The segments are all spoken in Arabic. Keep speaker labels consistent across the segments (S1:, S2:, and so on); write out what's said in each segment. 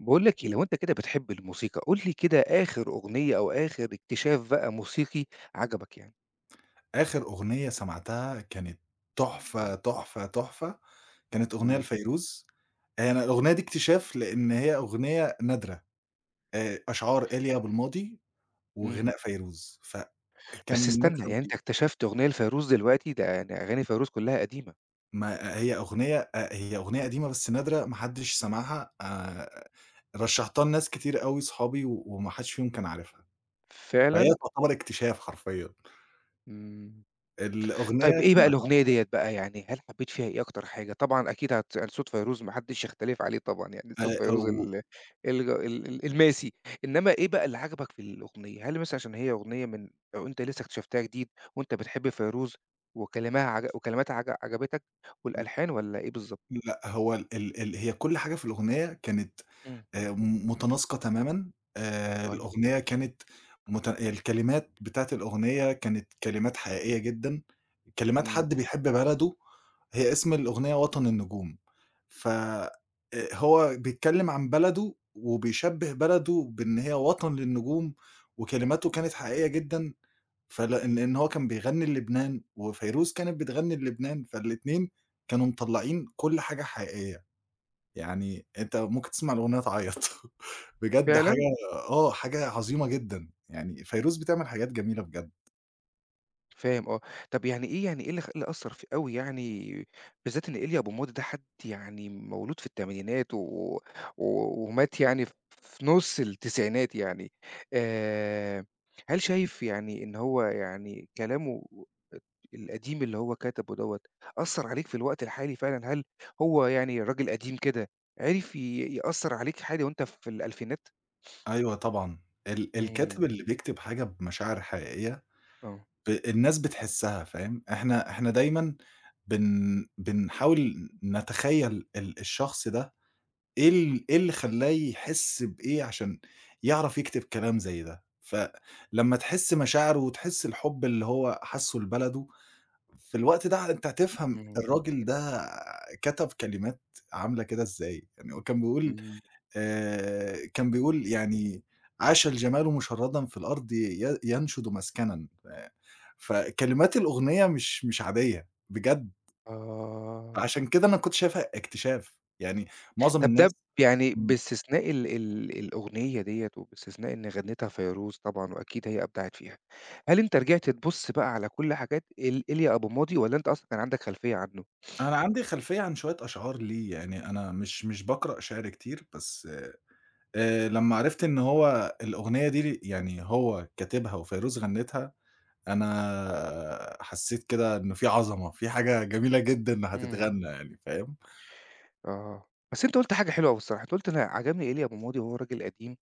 S1: باقول لك إيه، لو أنت كده بتحب الموسيقى، قُل لي كده آخر أغنية أو آخر اكتشاف بقى موسيقي عجبك يعني؟
S2: آخر أغنية سمعتها كانت
S1: إمم.
S2: تحفة، كانت أغنية
S1: إمم،
S2: لفيروز. أنا الأغنية دي اكتشاف لإن هي أغنية نادرة. أشعار إيليا أبو الماضي
S1: إمم.
S2: وغناء فيروز،
S1: بس
S2: فكان
S1: استنى،
S2: ميكس
S1: يعني
S2: رهيب.
S1: أنت اكتشفت أغنية لفيروز دلوقتي؟ ده يعني أغاني فيروز كلّها قديمة.
S2: ما هي أغنية أ هي أغنية قديمة بس نادرة ما حدش سمعها. رشّحتها لناس كتير أوي صحابي و وما حدش فيهم كان عارفها، فهي
S1: فعلًا؟
S2: تعتبر اكتشاف حرفيًا.
S1: إمم. طيب
S2: الأغنية
S1: إيه بقى الأغنية ديّة بقى، يعني هل حبّيت فيها إيه أكتر حاجة؟ طبعًا أكيد يعني صوت فيروز ما حدّش يختلف عليه طبعًا، يعني صوت فيروز
S2: و
S1: ال الج ال ال الماسي، إنّما إيه بقى اللي عجبك في الأغنية؟ هل مثلًا عشان هي أغنية أو أنت لسّه اكتشفتها جديد وأنت بتحب فيروز وكلامها عج وكلماتها عجبتك والألحان والّا إيه بالضبط؟
S2: لأ هو ال ال ال هي كل حاجة في الأغنية كانت
S1: إمم.
S2: م متناسقة تمامًا.
S1: طيب،
S2: الأغنية كانت مت الكلمات بتاعة الأغنية كانت كلمات حقيقية جدًا، كلمات
S1: إمم،
S2: حد بيحب بلده. هي اسم الأغنية وطن النجوم، ف هو بيتكلم عن بلده وبيشبّه بلده بإن هي وطن للنجوم، وكلماته كانت حقيقية جدًا. لإن هو كان بيغني للبنان، وفيروز كانت بتغني للبنان، فالاتنين كانوا مطلّعين كل حاجة حقيقية. يعني أنت ممكن تسمع الأغنية تعيّط بجد حاجة
S1: فعلًا؟
S2: آه، حاجة عظيمة جدًا، يعني فيروز بتعمل حاجات جميلة بجد.
S1: فاهم آه. طب يعني إيه اللي أثّر فيه أوي يعني بالذات إن إيليا أبو ماضي ده حد يعني مولود في التمانينات و و ومات يعني في نُص التسعينات يعني آآ، هل شايف يعني إن هو يعني كلامه القديم اللي هو كتبه دوّة أثّر عليك في الوقت الحالي فعلًا؟ هل هو يعني راجل قديم كده عرف يأثّر عليك حالي وأنت في الألفينات؟
S2: أيوه طبعًا،
S1: إمم.
S2: الكاتب اللي بيكتب حاجة بمشاعر حقيقية
S1: آه.
S2: الناس بتحسّها فاهم. إحنا دايمًا بنحاول نتخيّل الشخص ده إيه اللي خلّاه يحس بإيه عشان يعرف يكتب كلام زي ده. فلمّا تحس مشاعره وتحس الحب اللي هو حسّه لبلده في الوقت ده أنت هتفهم
S1: إمم.
S2: الراجل ده كتب كلمات عاملة كده إزاي. يعني هو كان بيقول
S1: إمم.
S2: يعني "عاش الجمال مشرّدا في الأرض ي ينشد مسكنا". فكلمات الأغنية مش عادية بجد،
S1: آه.
S2: فعشان كده أنا كنت شايفها اكتشاف. يعني معظم
S1: طب ده
S2: الناس
S1: ب يعني
S2: إمم،
S1: باستثناء ال ال الأغنية ديّة، وباستثناء إن غنِّتها فيروز طبعًا وأكيد هي أبدعت فيها، هل أنت رجعت تبُص بقى على كل حاجات إيليا أبو ماضي والّا أنت أصلًا كان عندك خلفية عنه؟
S2: أنا عندي خلفية عن شوية أشعار ليه. يعني أنا مش باقرأ شعر كتير، بس لمّا عرفت إن هو الأغنية دي يعني هو كاتبها وفيروز غنِّتها أنا حسّيت كده إنه في عظمة، في حاجة جميلة جدًا
S1: إمم.
S2: هتتغنّى يعني فاهم؟
S1: آه، بس أنت قُلت حاجة حلوة أوي الصراحة، أنت قُلت أنا عجبني إيليا أبو ماضي وهو راجل قديم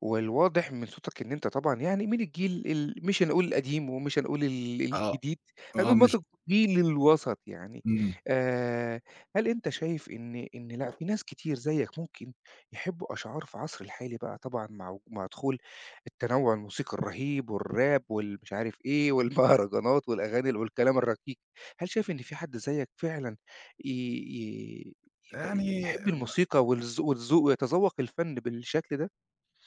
S1: والواضح من صوتك إن أنت طبعًا يعني من الجيل مش هنقول القديم ومش هنقول ال
S2: آه،
S1: الجديد،
S2: آه
S1: هنقول
S2: مش
S1: مثلًا الجيل الوسط يعني.
S2: إمم.
S1: آآ هل أنت شايف إن لأ، في ناس كتير زيّك ممكن يحبّوا أشعار في عصر الحالي بقى طبعًا مع دخول التنوُّع الموسيقي الرهيب والراب والمش عارف إيه والمهرجانات والأغاني والكلام الرقيق، هل شايف إن في حد زيّك فعلًا ي ي يت
S2: يعني
S1: يحب الموسيقى والذوق ويتذوّق الفن بالشكل ده؟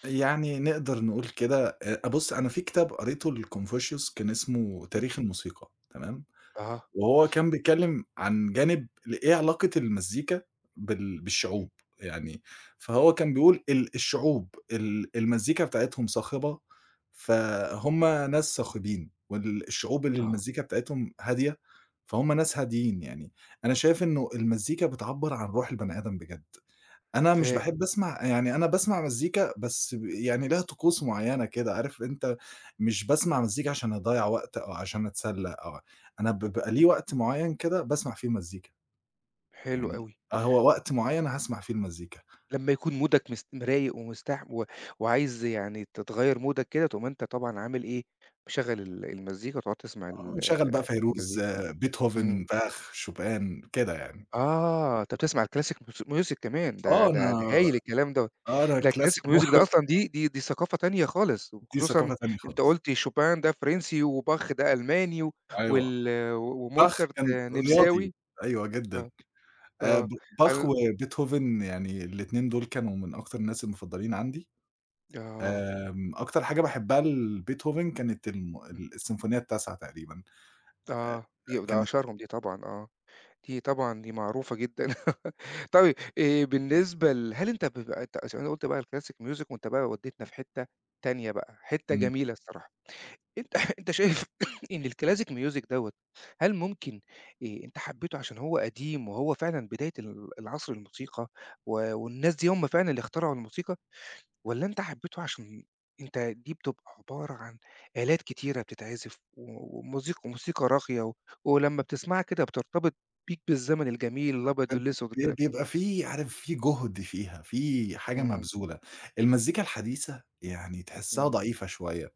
S2: يعني نقدر نقول كده، بُص أنا في كتاب قريته لconfucius كان اسمه
S1: إمم.
S2: تاريخ الموسيقى، تمام؟
S1: أها،
S2: وهو كان بيتكلم عن جانب ل إيه علاقة المزيكا
S1: إمم،
S2: بالشعوب. يعني فهو كان بيقول الشعوب المزيكا بتاعتهم صاخبة، فهُم ناس صاخبين، والشعوب اللي
S1: آه،
S2: المزيكا بتاعتهم هادية، فهُم ناس هاديين يعني. أنا شايف إنه المزيكا بتعبّر عن روح البني آدم بجد. أنا مش
S1: فاهم،
S2: باحب أسمع، يعني أنا باسمع مزيكا بس ب يعني ليها طقوس معيّنة كده، عارف أنت؟ مش باسمع مزيكا عشان أضيّع وقت أو عشان أتسلّى، أو أنا بيبقى ليه
S1: إمم،
S2: وقت معيّن كده باسمع فيه مزيكا.
S1: حلو
S2: يعني
S1: أوي،
S2: آه، هو وقت معيّن هاسمع فيه المزيكا.
S1: لمّا يكون مودك رايق و وعايز يعني تغيّر مودك كده، تقوم أنت طبعًا عامل إيه، مشغّل المزيكا وتقعد تسمع
S2: آه،
S1: ال
S2: نشغّل بقى فيروز،
S1: المزيكا،
S2: آه،
S1: إمم،
S2: بيتهوفن، باخ، شوبان، كده يعني.
S1: آه، أنت بتسمع الclassic music كمان، ده
S2: آه،
S1: ده ده
S2: أنا
S1: هايل الكلام دوّة،
S2: آه، أنا
S1: ده
S2: كلاسيك
S1: الclassic music ده أصلًا دي ثقافة تانية خالص،
S2: دي
S1: وخصوصًا
S2: ثقافة تانية
S1: أنت
S2: خالص.
S1: قُلت شوبان ده فرنسي، وباخ ده ألماني، و
S2: أيوه،
S1: وال
S2: باخ
S1: وموزارت
S2: كان رياضي،
S1: نمساوي،
S2: أيوه جدًا.
S1: آه،
S2: ب
S1: آه،
S2: باخ
S1: ال
S2: وبيتهوفن يعني الاتنين دول كانوا من أكتر الناس المفضلين عندي.
S1: آه،
S2: أكتر حاجة باحبها لبيتهوفن كانت الم
S1: إمم.
S2: ال السيمفونية التاسعة تقريبًا. آآ
S1: آه، ده
S2: كانت
S1: أشهرهم دي طبعًا آه، دي طبعًا دي معروفة جدًا. طيب بالنسبة هل أنت بيبقى أنت عشان أنا قُلت بقى الclassic music وأنت بقى ودّيتنا في حتّة تانية بقى، حتّة
S2: إمم.
S1: جميلة الصراحة. أنت أنت شايف إن الclassic music دوّة هل ممكن أنت حبّيته عشان هو قديم وهو فعلًا بداية العصر الموسيقى و والناس دي هم فعلًا اللي اخترعوا الموسيقى؟ والّا أنت حبيته عشان أنت دي بتبقى عبارة عن آلات كتيرة بتتعزف و وموسيقى موسيقى راقية و ولمّا بتسمعها كده بترتبط بيك بالزمن الجميل الأبيض
S2: ب
S1: والأسود
S2: ب
S1: وكده.
S2: بيبقى في، عارف، في جهد فيها، في حاجة
S1: إمم،
S2: مبذولة. المزيكا الحديثة يعني تحسّها
S1: إمم،
S2: ضعيفة شوية،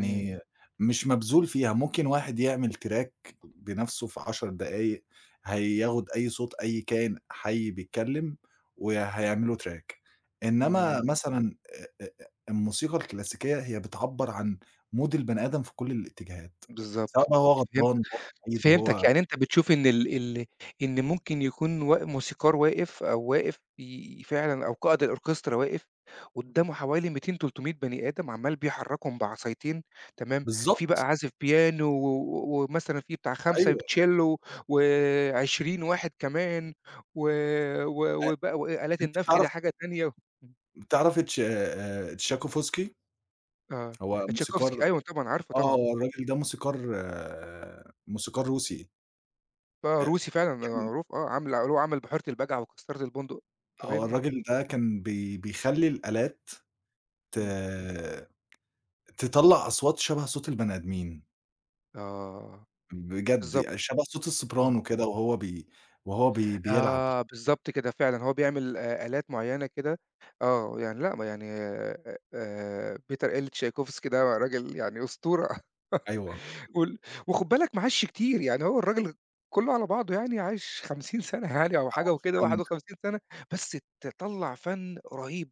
S1: إمم،
S2: مش مبذول فيها. ممكن واحد يعمل تراك بنَفْسه في 10 دقايق، هياخد أي صوت أي كائن حي بيتكلّم وهيعمل له تراك. إنّما
S1: إمم،
S2: مثلًا أ أ أ الموسيقى الكلاسيكية هي بتعبّر عن مود البني آدم في كل الاتجاهات، سواء
S1: بالضبط.
S2: بقى هو
S1: فهمت
S2: غضبان وهو سعيد
S1: فهمتك،
S2: وهو
S1: يعني أنت بتشوف إن ال ال إن ممكن يكون موسيقار واقف أو واقف فعلًا أو قائد الأوركسترا واقف قدّامه حوالي 200، 300 بني آدم عمّال بيحرّكهم بعصايتين تمام، في بقى
S2: بالضبط.
S1: عازف بيانو و و- ومثلًا في بتاع 5
S2: أيوه.
S1: بتشيلو و20 واحد كمان و
S2: أ
S1: و وبقى وآلات
S2: أنت
S1: النفخ دي
S2: بتعرف
S1: حاجة تانية إمم،
S2: تعرفي تش تشاكوفسكي؟
S1: آه،
S2: هو موسيقار
S1: تشايكوفسكي أيوه طبعًا عارفه
S2: آه.
S1: طبعًا،
S2: هو الراجل ده موسيقار آه، موسيقار روسي.
S1: آه،
S2: أ
S1: روسي فعلًا
S2: كان
S1: معروف آه، عامل اللي هو عمل بحيرة البجعة وكسرت البندق،
S2: آه،
S1: تمام،
S2: الراجل ده كان بيخلّي الآلات ت
S1: إمم.
S2: تطلّع أصوات شبه صوت البني آدمين،
S1: آه، بالضبط،
S2: بجد شبه صوت
S1: آه.
S2: السوبرانو كده وهو بيلعب.
S1: آه، بالضبط كده فعلًا، هو بيعمل آلات معيّنة كده آه، يعني لأ، ما يعني بيتر تشايكوفسكي ده راجل يعني أسطورة
S2: أيوه،
S1: وال وخُد بالك ما عاشش كتير، يعني هو الراجل كُلّه على بعضه يعني عاش 50 سَنة يعني أو حاجة وكده،
S2: فعلًا.
S1: 51 سَنة، بس طلّع فَن رهيب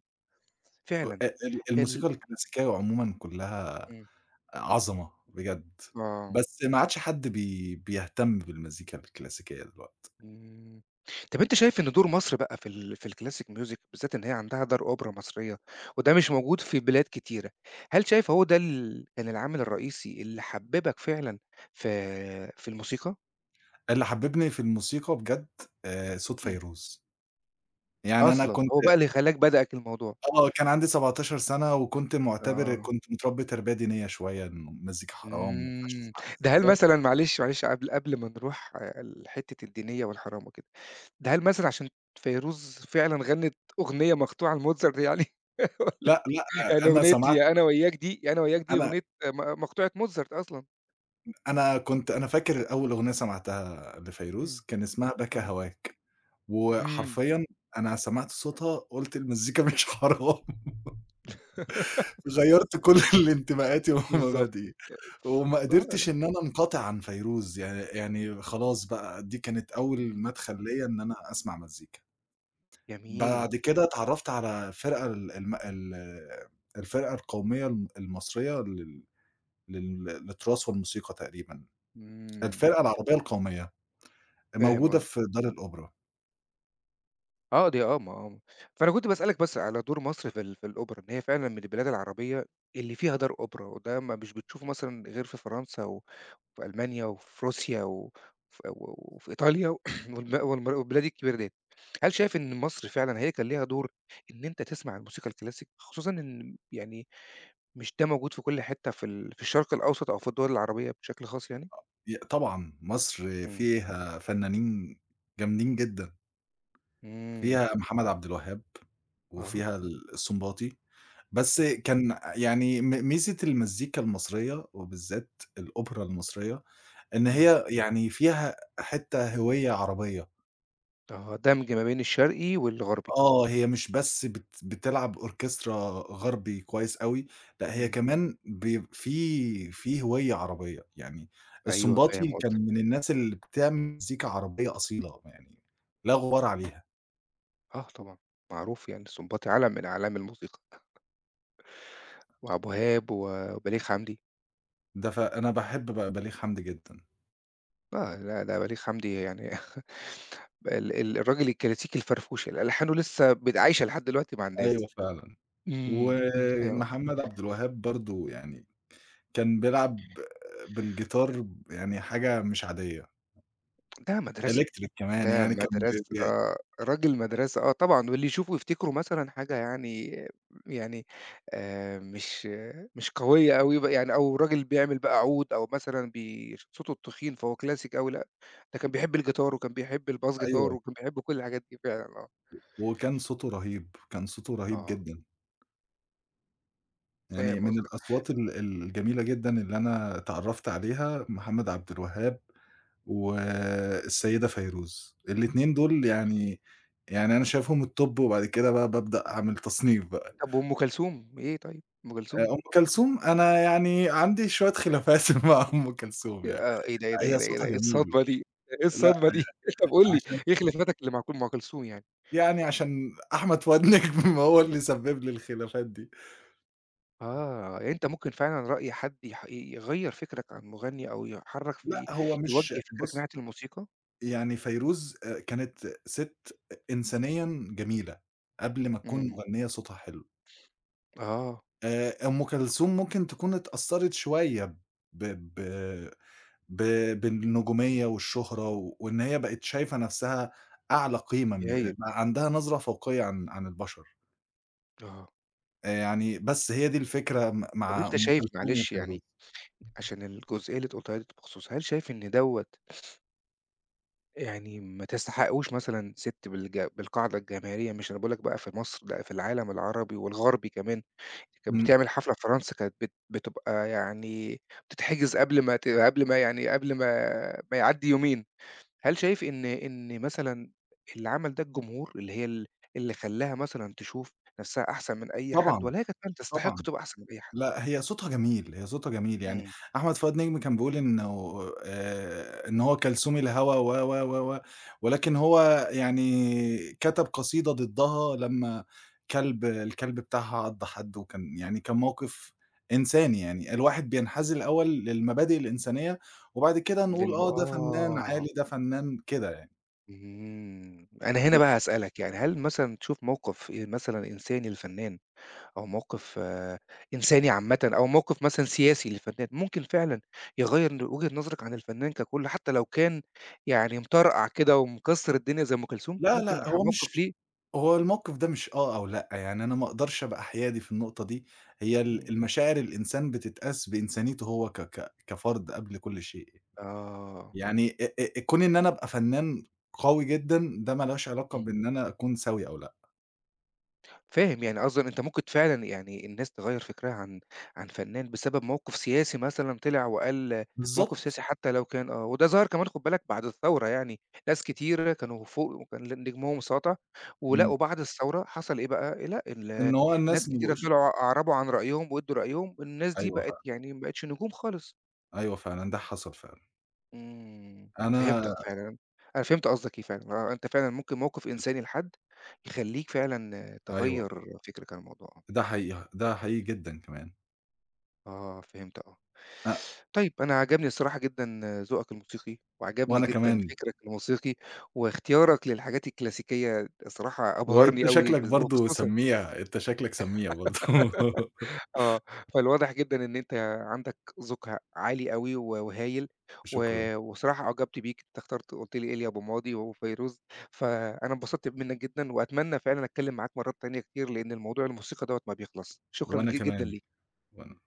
S1: فعلًا.
S2: أ ال
S1: ال
S2: الموسيقى الكلاسيكية عمومًا كلّها
S1: إمم،
S2: عظمة بجد،
S1: آه.
S2: بس ما عادش حد بيهتم بالمزيكا الكلاسيكية دلوقتي.
S1: إمم. طب أنت شايف إن دور مصر بقى في في الclassic music بالذات إن هي عندها دار أوبرا مصرية، وده مش موجود في بلاد كتيرة، هل شايف هو ده كان العامل الرئيسي اللي حببك فعلًا في في الموسيقى؟
S2: اللي حبّبني في الموسيقى بجد صوت
S1: إمم،
S2: فيروز. يعني أنا
S1: أصلًا
S2: كنت
S1: هو بقى اللي خلاك بدأك الموضوع،
S2: آه، كان عندي 17 سَنة وكنت معتبر،
S1: آه،
S2: كنت متربّي تربية دينية شوية إنه المزيكا حرام وما ينفعش
S1: إمم،
S2: تسمع
S1: ده هل
S2: مزيكا.
S1: مثلًا معلش، معلش قبل ما نروح لحتة الدينية والحرام وكده، ده هل مثلًا عشان فيروز فعلًا غنِّت أغنية مقطوعة لموزارت يعني والّا
S2: لأ، لأ،
S1: يعني
S2: آه، أنا
S1: أغنية
S2: سمعت
S1: يا أنا وياك دي يا أنا وياك دي
S2: أنا
S1: أغنية مقطوعة موزارت أصلًا.
S2: أنا فاكر أول أغنية سمعتها لفيروز
S1: إمم.
S2: كان اسمها بكى
S1: آه.
S2: هواك،
S1: إمم.
S2: وحرفيًا أنا سمعت صوتها قُلت المزيكا مش حرام. غيّرت كل الانتماءاتي
S1: بالضبط.
S2: ومبادئي، وما
S1: آه، لأ.
S2: قدرتش إن أنا أنقطع عن فيروز. يعني خلاص بقى دي كانت أول
S1: إمم.
S2: مدخل ليّا إن أنا أسمع مزيكا.
S1: جميل.
S2: بعد كده اتعرّفت على الفرقة القومية المصرية لل لل للتراث والموسيقى تقريبًا،
S1: إمم.
S2: الفرقة العربية القومية
S1: فاهم
S2: موجودة
S1: قصدك.
S2: في دار الأوبرا.
S1: آه، دي آه، ما آه. فأنا كنت باسألك بس على دور مصر في في الأوبرا، إن هي فعلًا من البلاد العربية اللي فيها دار أوبرا، وده ما مش بتشوفه مثلًا غير في فرنسا و في ألمانيا وفي روسيا و ف و وفي إيطاليا والب والم والبلاد الكبيرة ديّة. هل شايف إن مصر فعلًا هي كان ليها دور إن أنت تسمع الموسيقى الكلاسيك؟ خصوصًا إن يعني مش ده موجود في كل حتة في في الشرق الأوسط أو في الدول العربية بشكل خاص يعني؟
S2: طبعًا مصر
S1: إمم.
S2: فيها فنانين جامدين جدًا،
S1: إمم.
S2: فيها محمد عبد الوهاب،
S1: أها،
S2: وفيها السنباطي. بس
S1: آه.
S2: كان يعني ميزة المزيكا المصرية وبالذات الأوبرا المصرية، إن
S1: إمم.
S2: هي يعني فيها حتّة هوية عربية.
S1: آه. دمج ما بين الشرقي والغربي.
S2: آه، هي مش بس بتلعب أوركسترا غربي كويس أوي، لأ هي
S1: إمم.
S2: كمان ب في في هوية عربية. يعني
S1: أيوه فاهم
S2: السنباطي كان
S1: قصدك.
S2: من الناس اللي بتعمل مزيكا عربية أصيلة، يعني لا غبار عليها.
S1: آه طبعًا. معروف يعني السنباطي علم من أعلام الموسيقى وعبد الوهاب وبليغ حمدي.
S2: ده فأنا باحب بليغ حمدي جدًا.
S1: آه، لأ، ده بليغ حمدي يعني ال ال الراجل الكلاسيكي الفرفوش اللي ألحانه لسه عايشة لحد دلوقتي مع
S2: أيوه
S1: الناس.
S2: فعلًا.
S1: إمم. أيوه،
S2: ومحمد عبد الوهاب برضه يعني كان بيلعب بالجيتار يعني حاجة مش عادية،
S1: ده مدرسة،
S2: إلكتريك كمان،
S1: ده
S2: يعني كان ب
S1: مدرسة
S2: ب
S1: آه، راجل مدرسة آه طبعًا، واللي يشوفه يفتكره مثلًا حاجة يعني آآ، مش مش قوية أوي يعني أو راجل بيعمل بقى عود أو مثلًا صوته التخين فهو كلاسيك أوي لأ، ده كان بيحب الجيتار وكان بيحب الباص جيتار
S2: أيوه.
S1: وكان بيحب كل الحاجات دي فعلًا
S2: وكان صوته رهيب، كان صوته
S1: آه،
S2: رهيب
S1: آه،
S2: جدًا. يعني
S1: فاهم
S2: من
S1: قصدك.
S2: الأصوات الجميلة جدًا اللي أنا اتعرّفت عليها محمد عبد الوهاب والسيدة فيروز، الاتنين دول يعني يعني أنا شايفهم الtop، وبعد كده بقى بابدأ أعمل تصنيف بقى.
S1: طب وأم كلثوم، إيه طيب، أم كلثوم
S2: أم كلثوم أنا يعني عندي شوية خلافات مع أم كلثوم يعني،
S1: إيه ده، إيه ده، إيه
S2: هي
S1: ده، إيه ده،
S2: صوتها
S1: إيه
S2: جميل.
S1: الصدمة دي، إيه
S2: لأ،
S1: الصدمة دي طب قُل لي
S2: عشان،
S1: إيه خلافاتك اللي مع مع كلثوم يعني؟
S2: يعني عشان أحمد فؤاد نجم هو اللي سبب لي الخلافات دي.
S1: آه، يعني أنت ممكن فعلًا رأي حد يح ي يغيّر فكرك عن مغني أو يحرّك
S2: لأ،
S1: في
S2: هو مش
S1: يوجّه فكرك
S2: بُص،
S1: ناحية الموسيقى؟
S2: يعني فيروز كانت سِت إنسانيًا جميلة، قبل ما تكون
S1: إمم،
S2: مغنية صوتها حلو.
S1: آه،
S2: أم كلثوم ممكن تكون اتأثّرت شوية ب ب ب بالنجومية والشهرة، وإن هي بقت شايفة نَفْسها أعلى قيمة من، بقى
S1: هايل،
S2: عندها نظرة فوقية عن البشر.
S1: آه،
S2: يعني بس هي دي الفكرة
S1: طب
S2: مع
S1: أنت
S2: أم
S1: شايف
S2: كلثوم
S1: معلش
S2: وفيروز.
S1: يعني عشان الجزئية اللي أنت قُلتها لي بخصوص هل شايف إن دوّة يعني ما تستحقوش مثلًا سِت بالقاعدة الجماهيرية، مش أنا باقول لك بقى في مصر، لأ في العالم العربي والغربي كمان، كانت
S2: إمم،
S1: بتعمل حفلة في فرنسا كانت بتبقى يعني بتتحجز قبل ما ت قبل ما يعني قبل ما ما يعدّي يومين، هل شايف إن مثلًا اللي عمل ده الجمهور، اللي هي ال اللي خلّاها مثلًا تشوف نَفْسها أحسن من أي حد
S2: طبعًا،
S1: والّا هي كانت فعلًا تستحق
S2: طبعًا.
S1: تبقى أحسن من أي حد؟
S2: لأ، هي صوتها جميل، هي صوتها جميل. يعني
S1: إمم،
S2: أحمد فؤاد نجم كان بيقول إنه إن هو كلثوم الهوى، و، و، و، و، ولكن هو يعني كتب قصيدة ضدها لمّا كلب الكلب بتاعها عض حد، وكان يعني كان موقف إنساني يعني. الواحد بينحاز الأول للمبادئ الإنسانية، وبعد كده نقول آه، ده فنان
S1: آه.
S2: عالي، ده فنان كده يعني.
S1: إمم. أنا هنا بقى هاسألك، يعني هل مثلًا تشوف موقف مثلًا إنساني للفنّان أو موقف إنساني عامةً أو موقف مثلًا سياسي للفنّان، ممكن فعلًا يغيّر وجهة نظرك عن الفنّان ككُل حتى لو كان يعني مطرقع كده ومكسّر الدنيا زي أم كلثوم؟
S2: لا،
S1: ممكن
S2: لأ، هو
S1: موقف
S2: مش
S1: ليه
S2: هو الموقف ده مش آه أو لأ، يعني أنا ما أقدرش أبقى حيادي في النقطة دي. هي
S1: إمم.
S2: المشاعر الإنسان بتتقاس بإنسانيته هو ك ك كفرد قبل كل شيء.
S1: آه.
S2: يعني أ أ كون إن أنا أبقى فنان قوي جدًا ده ما لهاش علاقة
S1: إمم.
S2: بإن أنا أكون سوي أو لأ.
S1: فاهم، يعني أصلًا أنت ممكن فعلًا يعني الناس تغيّر فكرها عن فنان بسبب موقف سياسي مثلًا طلع وقال موقف
S2: بالضبط،
S1: سياسي حتى لو كان آه، وده ظهر كمان خُد بالك بعد الثورة يعني، ناس كتيرة كانوا فوق وكان نجمهم ساطع،
S2: إمم،
S1: ولأوا بعد الثورة حصل إيه بقى، لأ
S2: إن هو
S1: ناس
S2: الناس ما
S1: كتيرة
S2: بقوش
S1: طلعوا أعربوا عن رأيهم وادّوا رأيهم، الناس دي
S2: أيوه
S1: بقت
S2: فعلًا،
S1: يعني ما بقتش نجوم خالص.
S2: أيوه فعلًا ده حصل فعلًا.
S1: إمم،
S2: أنا
S1: فهمتك فعلًا، أنا فهمت قصدك إيه فعلًا، آه، أنت فعلًا ممكن موقف إنساني لحد يخلّيك فعلًا آه،
S2: أيوه،
S1: تغيّر فكرك عن الموضوع، آه.
S2: ده حقيقي، ده حقيقي جدًا كمان.
S1: آه، فهمت آه.
S2: أ
S1: طيب أنا عجبني الصراحة جدًا ذوقك الموسيقي، وعجبني
S2: وأنا
S1: جدًا
S2: كمان.
S1: فكرك الموسيقي، واختيارك للحاجات الكلاسيكية الصراحة
S2: وأنت
S1: أبهرني أوي
S2: شكلك برضه
S1: وخصوصًا
S2: سميع، أنت شكلك سميع برضه.
S1: آه، فالواضح جدًا إن أنت عندك ذوق عالي أوي و وهايل، و
S2: شكرًا،
S1: وصراحة أعجبت بيك، أنت قُلت لي إيليا أبو ماضي وفيروز، فأنا انبسطت منك جدًا، وأتمنى فعلًا أتكلم معاك مرات تانية كتير، لإن الموضوع الموسيقى دوّة ما بيخلصش. شكرًا
S2: وأنا
S1: جدًا
S2: كمان،
S1: ليك.
S2: وأنا